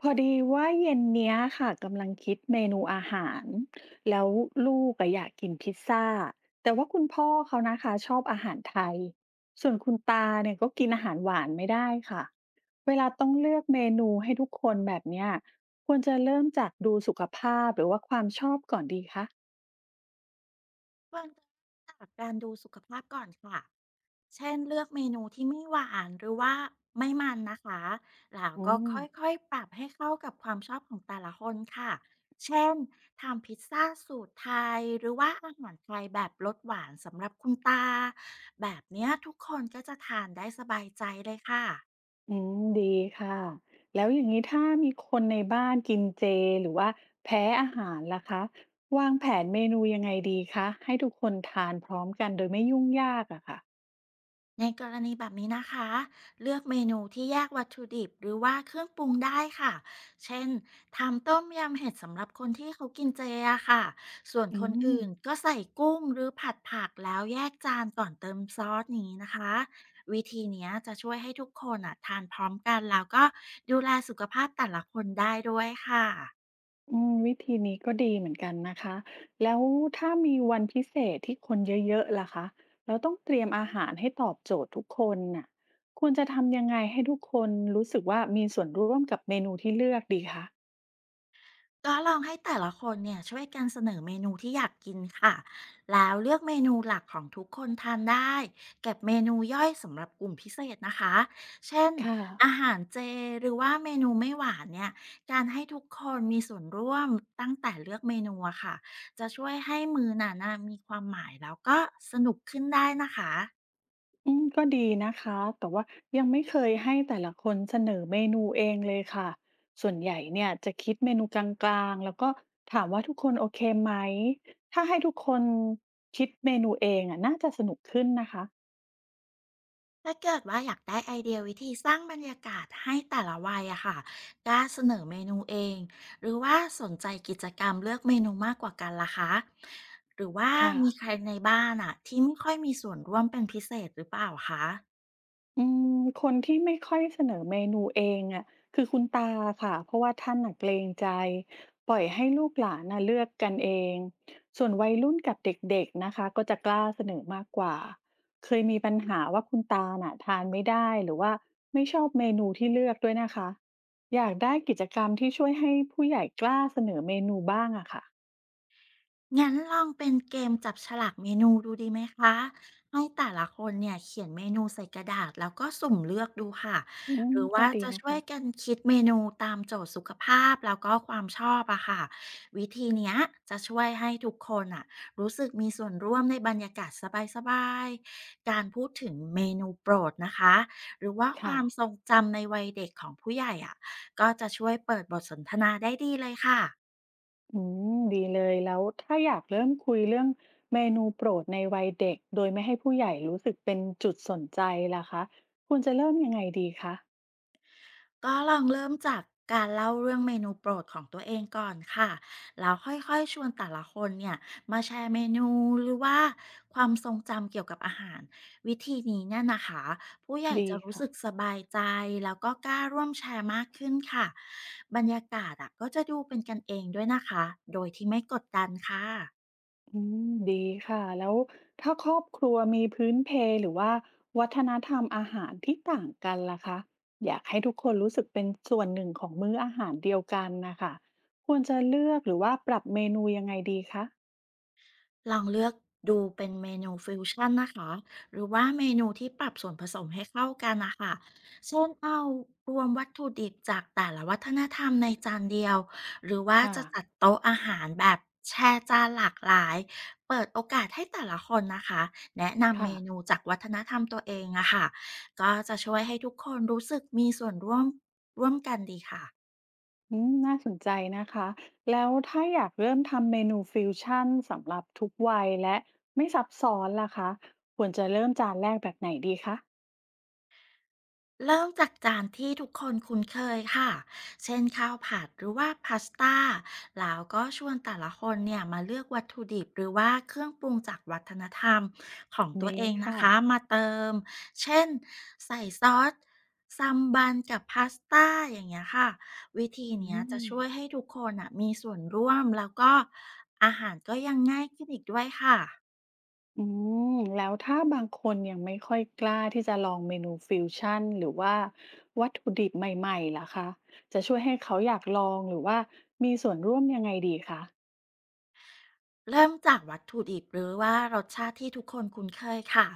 พอดีว่าเย็นเนี้ยค่ะกำลังคิดเมนูอาหารแล้วลูกอะอยากกินพิซซ่าแต่ว่าคุณพ่อเขานะคะชอบอาหารไทยส่วนคุณตาเนี่ยก็กินอาหารหวานไม่ได้ค่ะเวลาต้องเลือกเมนูให้ทุกคนแบบเนี้ยควรจะเริ่มจากดูสุขภาพหรือว่าความชอบก่อนดีคะควรจะเริ่มจากการดูสุขภาพก่อนค่ะ เช่นเลือกเมนูที่ไม่หวานหรือว่าไม่มันนะคะ แล้วอืก็ม ค่อยๆปรับให้เข้ากับความชอบของแต่ละคนค่ะ เช่นทำพิซซ่าสูตรไทยหรือว่าอาหารไทยแบบรสหวานสำหรับคุณตาแบบเนี้ยทุกคนก็จะทานได้สบายใจเลยค่ะ อืมดีค่ะแล้วอย่างนี้ถ้ามีคนในบ้านกินเจหรือว่าแพ้อาหารล่ะคะวางแผนเมนูยังไงดีคะให้ทุกคนทานพร้อมกันโดยไม่ยุ่งยากอะค่ะในกรณีแบบนี้นะคะเลือกเมนูที่แยกวัตถุดิบหรือว่าเครื่องปรุงได้ค่ะเช่นทำต้มยำเห็ดสำหรับคนที่เขากินเจอะค่ะส่วนอืคนมอื่นก็ใส่กุ้งหรือผัดผักแล้วแยกจานก่อนเติมซอสนี้นะคะวิธีเนี้ยจะช่วยให้ทุกคนอ่ะทานพร้อมกันแล้วก็ดูแลสุขภาพแต่ละคนได้ด้วยค่ะ อืมวิธีนี้ก็ดีเหมือนกันนะคะแล้วถ้ามีวันพิเศษที่คนเยอะๆล่ะคะเราต้องเตรียมอาหารให้ตอบโจทย์ทุกคนน่ะควรจะทำยังไงให้ทุกคนรู้สึกว่ามีส่วนร่วมกับเมนูที่เลือกดีคะก็ลองให้แต่ละคนเนี่ยช่วยกันเสนอเมนูที่อยากกินค่ะแล้วเลือกเมนูหลักของทุกคนทานได้เก็บเมนูย่อยสำหรับกลุ่มพิเศษนะคะเช่นค่ะ อาหารเจหรือว่าเมนูไม่หวานเนี่ยการให้ทุกคนมีส่วนร่วมตั้งแต่เลือกเมนูอะค่ะจะช่วยให้มือหนานะมีความหมายแล้วก็สนุกขึ้นได้นะคะ อืมก็ดีนะคะแต่ว่ายังไม่เคยให้แต่ละคนเสนอเมนูเองเลยค่ะส่วนใหญ่เนี่ยจะคิดเมนูกลางๆแล้วก็ถามว่าทุกคนโอเคไหมถ้าให้ทุกคนคิดเมนูเองอะน่าจะสนุกขึ้นนะคะถ้าเกิดว่าอยากได้ไอเดียวิธีสร้างบรรยากาศให้แต่ละวัยอะค่ะกล้าเสนอเมนูเองหรือว่าสนใจกิจกรรมเลือกเมนูมากกว่ากันล่ะคะหรือว่าค่ะ มีใครในบ้านอะที่ไม่ค่อยมีส่วนร่วมเป็นพิเศษหรือเปล่าคะ อืมคนที่ไม่ค่อยเสนอเมนูเองอะคือคุณตาค่ะเพราะว่าท่านน่ะเกรงใจปล่อยให้ลูกหลานน่ะเลือกกันเองส่วนวัยรุ่นกับเด็กๆนะคะก็จะกล้าเสนอมากกว่าเคยมีปัญหาว่าคุณตาน่ะทานไม่ได้หรือว่าไม่ชอบเมนูที่เลือกด้วยนะคะอยากได้กิจกรรมที่ช่วยให้ผู้ใหญ่กล้าเสนอเมนูบ้างอะค่ะงั้นลองเป็นเกมจับฉลากเมนูดูดีไหมคะให้แต่ละคนเนี่ยเขียนเมนูใส่กระดาษแล้วก็สุ่มเลือกดูค่ะอืหมรือว่าก็ดีจะนะช่วคะยกันคิดเมนูตามโจทย์สุขภาพแล้วก็ความชอบอะค่ะวิธีเนี้ยจะช่วยให้ทุกคนอะรู้สึกมีส่วนร่วมในบรรยากาศสบายๆการพูดถึงเมนูโปรดนะคะหรือว่าคค่ะ วามทรงจำในวัยเด็กของผู้ใหญ่อะก็จะช่วยเปิดบทสนทนาได้ดีเลยค่ะ อืมดีเลยแล้วถ้าอยากเริ่มคุยเรื่องเมนูโปรดในวัยเด็กโดยไม่ให้ผู้ใหญ่รู้สึกเป็นจุดสนใจล่ะคะควรจะเริ่มยังไงดีคะก็ลองเริ่มจากการเล่าเรื่องเมนูโปรดของตัวเองก่อนค่ะแล้วค่อยๆชวนแต่ละคนเนี่ยมาแชร์เมนูหรือว่าความทรงจำเกี่ยวกับอาหารวิธีนี้เนี่ยนะคะผู้ใหญ่ดีจะรู้ค่ะสึกสบายใจแล้วก็กล้าร่วมแชร์มากขึ้นค่ะบรรยากาศอ่ะก็จะดูเป็นกันเองด้วยนะคะโดยที่ไม่กดดันค่ะ อืมดีค่ะแล้วถ้าครอบครัวมีพื้นเพหรือว่าวัฒนธรรมอาหารที่ต่างกันล่ะคะอยากให้ทุกคนรู้สึกเป็นส่วนหนึ่งของมื้ออาหารเดียวกันนะคะควรจะเลือกหรือว่าปรับเมนูยังไงดีคะลองเลือกดูเป็นเมนูฟิวชั่นนะคะหรือว่าเมนูที่ปรับส่วนผสมให้เข้ากันนะคะเช่นเอารวมวัตถุดิบจากแต่ละวัฒนธรรมในจานเดียวหรือว่าค่ะจะจัดโต๊ะอาหารแบบแชร์จานหลากหลายเปิดโอกาสให้แต่ละคนนะคะแนะนำค่ะ เมนูจากวัฒนธรรมตัวเองอะค่ะก็จะช่วยให้ทุกคนรู้สึกมีส่วนร่วมร่วมกันดีค่ะ อืมน่าสนใจนะคะ แล้วถ้าอยากเริ่มทำเมนูฟิวชั่นสำหรับทุกวัยและไม่ซับซ้อนล่ะคะ ควรจะเริ่มจานแรกแบบไหนดีคะเริ่มจากจานที่ทุกคนคุ้นเคยค่ะ เช่นข้าวผัดหรือว่าพาสต้าแล้วก็ชวนแต่ละคนเนี่ยมาเลือกวัตถุดิบหรือว่าเครื่องปรุงจากวัฒนธรรมของตัวดีเองนะค่ะคะมาเติม เช่นใส่ซอสซัมบันกับพาสต้าอย่างเงี้ยค่ะ วิธีอืเนี้ยจะมช่วยให้ทุกคนอ่ะมีส่วนร่วมแล้วก็อาหารก็ยังง่ายขึ้นอีกด้วยค่ะ อืมแล้วถ้าบางคนยังไม่ค่อยกล้าที่จะลองเมนูฟิวชั่นหรือว่าวัตถุดิบใหม่ๆล่ะคะ จะช่วยให้เขาอยากลองหรือว่ามีส่วนร่วมยังไงดีคะเริ่มจากวัตถุดิบหรือว่ารสชาติที่ทุกคนคุ้นเคยค่ะ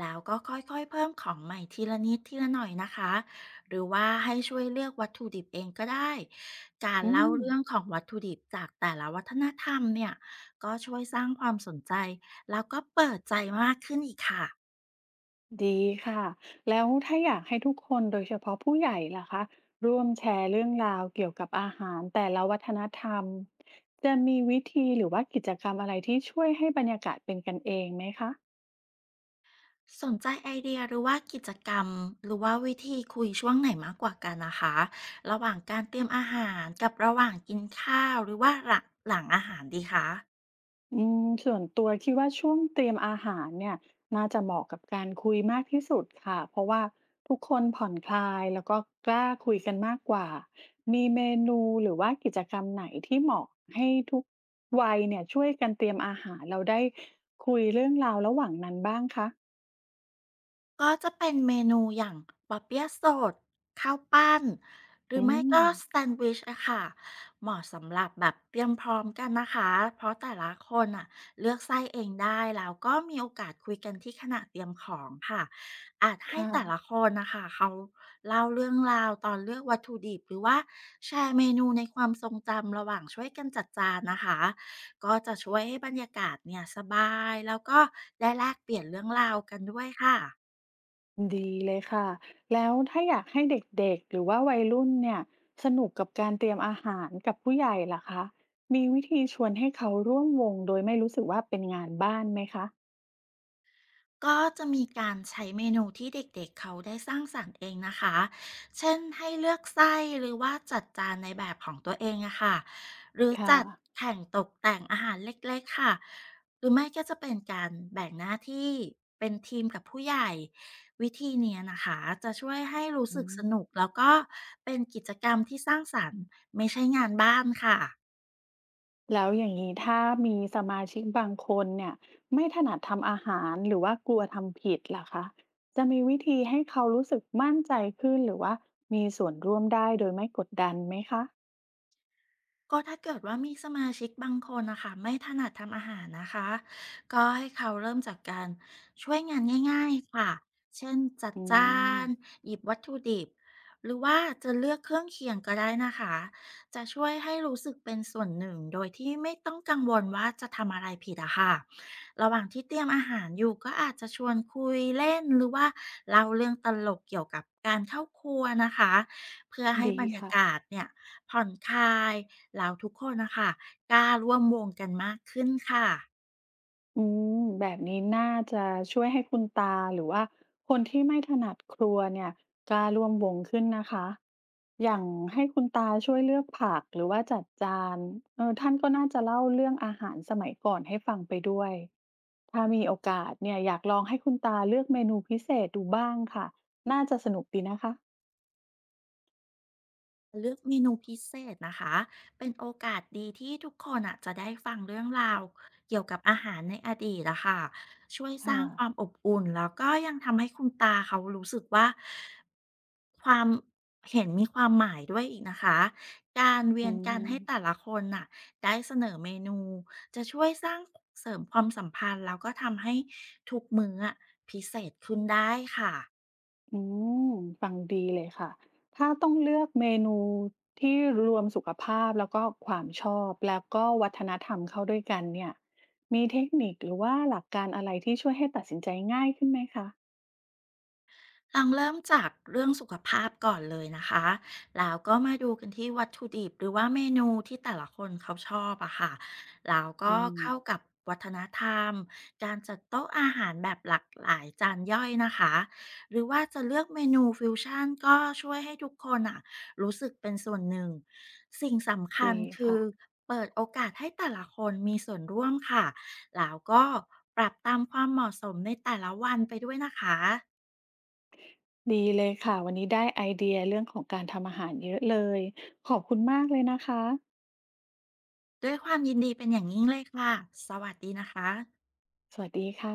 แล้วก็ค่อยๆเพิ่มของใหม่ทีละนิดทีละหน่อยนะคะ หรือว่าให้ช่วยเลือกวัตถุดิบเองก็ได้ การอืเล่าม เรื่องของวัตถุดิบจากแต่ละวัฒนธรรมเนี่ย ก็ช่วยสร้างความสนใจ แล้วก็เปิดใจมากขึ้นอีกค่ะ ดีค่ะแล้วถ้าอยากให้ทุกคนโดยเฉพาะผู้ใหญ่ล่ะคะร่วมแชร์เรื่องราวเกี่ยวกับอาหารแต่ละวัฒนธรรมจะมีวิธีหรือว่ากิจกรรมอะไรที่ช่วยให้บรรยากาศเป็นกันเองไหมคะ สนใจไอเดียหรือว่ากิจกรรมหรือว่าวิธีคุยช่วงไหนมากกว่ากันนะคะระหว่างการเตรียมอาหารกับระหว่างกินข้าวหรือว่าหลังอาหารดีคะ อืมส่วนตัวคิดว่าช่วงเตรียมอาหารเนี่ยน่าจะเหมาะกับการคุยมากที่สุดค่ะเพราะว่าทุกคนผ่อนคลายแล้วก็กล้าคุยกันมากกว่ามีเมนูหรือว่ากิจกรรมไหนที่เหมาะให้ทุกวัยเนี่ยช่วยกันเตรียมอาหารเราได้คุยเรื่องราวระหว่างนั้นบ้างคะก็จะเป็นเมนูอย่างบ๊อปเปี้ยะสดข้าวปั้นหรืออืไม่มก็สแซนด์วิชอะค่ะเหมาะสำหรับแบบเตรียมพร้อมกันนะคะเพราะแต่ละคนอะเลือกไส้เองได้แล้วก็มีโอกาสคุยกันที่ขณะเตรียมของค่ะอาจให้ค่ะ แต่ละคนนะคะเขาเล่าเรื่องราวตอนเลือกวัตถุดิบหรือว่าแชร์เมนูในความทรงจำระหว่างช่วยกันจัดจานนะคะก็จะช่วยให้บรรยากาศเนี่ยสบายแล้วก็ได้แลกเปลี่ยนเรื่องราวกันด้วยค่ะ ดีเลยค่ะแล้วถ้าอยากให้เด็กๆหรือว่าวัยรุ่นเนี่ยสนุกกับการเตรียมอาหารกับผู้ใหญ่ล่ะคะมีวิธีชวนให้เขาร่วมวงโดยไม่รู้สึกว่าเป็นงานบ้านไหมคะก็จะมีการใช้เมนูที่เด็กๆเขาได้สร้างสรรค์เองนะคะเช่นให้เลือกไส้หรือว่าจัดจานในแบบของตัวเองอะค่ะหรือค่ะจัดแข่งตกแต่งอาหารเล็กๆค่ะ หรือไม่ก็จะเป็นการแบ่งหน้าที่เป็นทีมกับผู้ใหญ่ วิธีเนี้ยนะคะจะช่วยให้รู้อืสึกสมนุกแล้วก็เป็นกิจกรรมที่สร้างสรรค์ไม่ใช่งานบ้านค่ะ แล้วอย่างนี้ถ้ามีสมาชิกบางคนเนี่ยไม่ถนัดทำอาหารหรือว่ากลัวทำผิดล่ะคะจะมีวิธีให้เขารู้สึกมั่นใจขึ้นหรือว่ามีส่วนร่วมได้โดยไม่กดดันไหมคะก็ถ้าเกิดว่ามีสมาชิกบางคนนะคะไม่ถนัดทำอาหารนะคะก็ให้เขาเริ่มจากการช่วยงานง่ายๆค่ะเช่นจัดอืจานมหยิบวัตถุดิบหรือว่าจะเลือกเครื่องเคียงก็ได้นะคะจะช่วยให้รู้สึกเป็นส่วนหนึ่งโดยที่ไม่ต้องกังวลว่าจะทำอะไรผิดอะค่ะระหว่างที่เตรียมอาหารอยู่ก็อาจจะชวนคุยเล่นหรือว่าเล่าเรื่องตลกเกี่ยวกับการเข้าครัวนะคะเพื่อให้ดีบรรยาค่ะ กาศเนี่ย ผ่อนคลายแล้วทุกคนนะคะกล้าร่วมวงกันมากขึ้นค่ะ อืมแบบนี้น่าจะช่วยให้คุณตาหรือว่าคนที่ไม่ถนัดครัวเนี่ยกล้าร่วมวงขึ้นนะคะอย่างให้คุณตาช่วยเลือกผักหรือว่าจัดจานเออท่านก็น่าจะเล่าเรื่องอาหารสมัยก่อนให้ฟังไปด้วยถ้ามีโอกาสเนี่ยอยากลองให้คุณตาเลือกเมนูพิเศษดูบ้างค่ะน่าจะสนุกดีนะคะเลือกเมนูพิเศษนะคะเป็นโอกาสดีที่ทุกคนอ่ะจะได้ฟังเรื่องราวเกี่ยวกับอาหารในอดีตนะค่ะช่วยสร้าค่ะงความอบอุ่นแล้วก็ยังทำให้คุณตาเขารู้สึกว่าความเห็นมีความหมายด้วยอีกนะคะการเวีอืยนกันให้ม แต่ละคนน่ะได้เสนอเมนูจะช่วยสร้างเสริมความสัมพันธ์แล้วก็ทำให้ทุกมื้ออะพิเศษขึ้นได้ค่ะ อืมฟังดีเลยค่ะถ้าต้องเลือกเมนูที่รวมสุขภาพแล้วก็ความชอบแล้วก็วัฒนธรรมเข้าด้วยกันเนี่ยมีเทคนิคหรือว่าหลักการอะไรที่ช่วยให้ตัดสินใจง่ายขึ้นไหมคะลองเริ่มจากเรื่องสุขภาพก่อนเลยนะคะ แล้วก็มาดูกันที่วัตถุดิบหรือว่าเมนูที่แต่ละคนเขาชอบอะค่ะ แล้วอืก็เข้ามกับวัฒนธรรมการจัดโต๊ะอาหารแบบหลากหลายจานย่อยนะคะ หรือว่าจะเลือกเมนูฟิวชั่นก็ช่วยให้ทุกคนอะรู้สึกเป็นส่วนหนึ่ง สิ่งสำคัญดีคือค่ะเปิดโอกาสให้แต่ละคนมีส่วนร่วมค่ะ แล้วก็ปรับตามความเหมาะสมในแต่ละวันไปด้วยนะคะ ดีเลยค่ะวันนี้ได้ไอเดียเรื่องของการทำอาหารเยอะเลยขอบคุณมากเลยนะคะด้วยความยินดีเป็นอย่างยิ่งเลยค่ะ สวัสดีนะคะสวัสดีค่ะ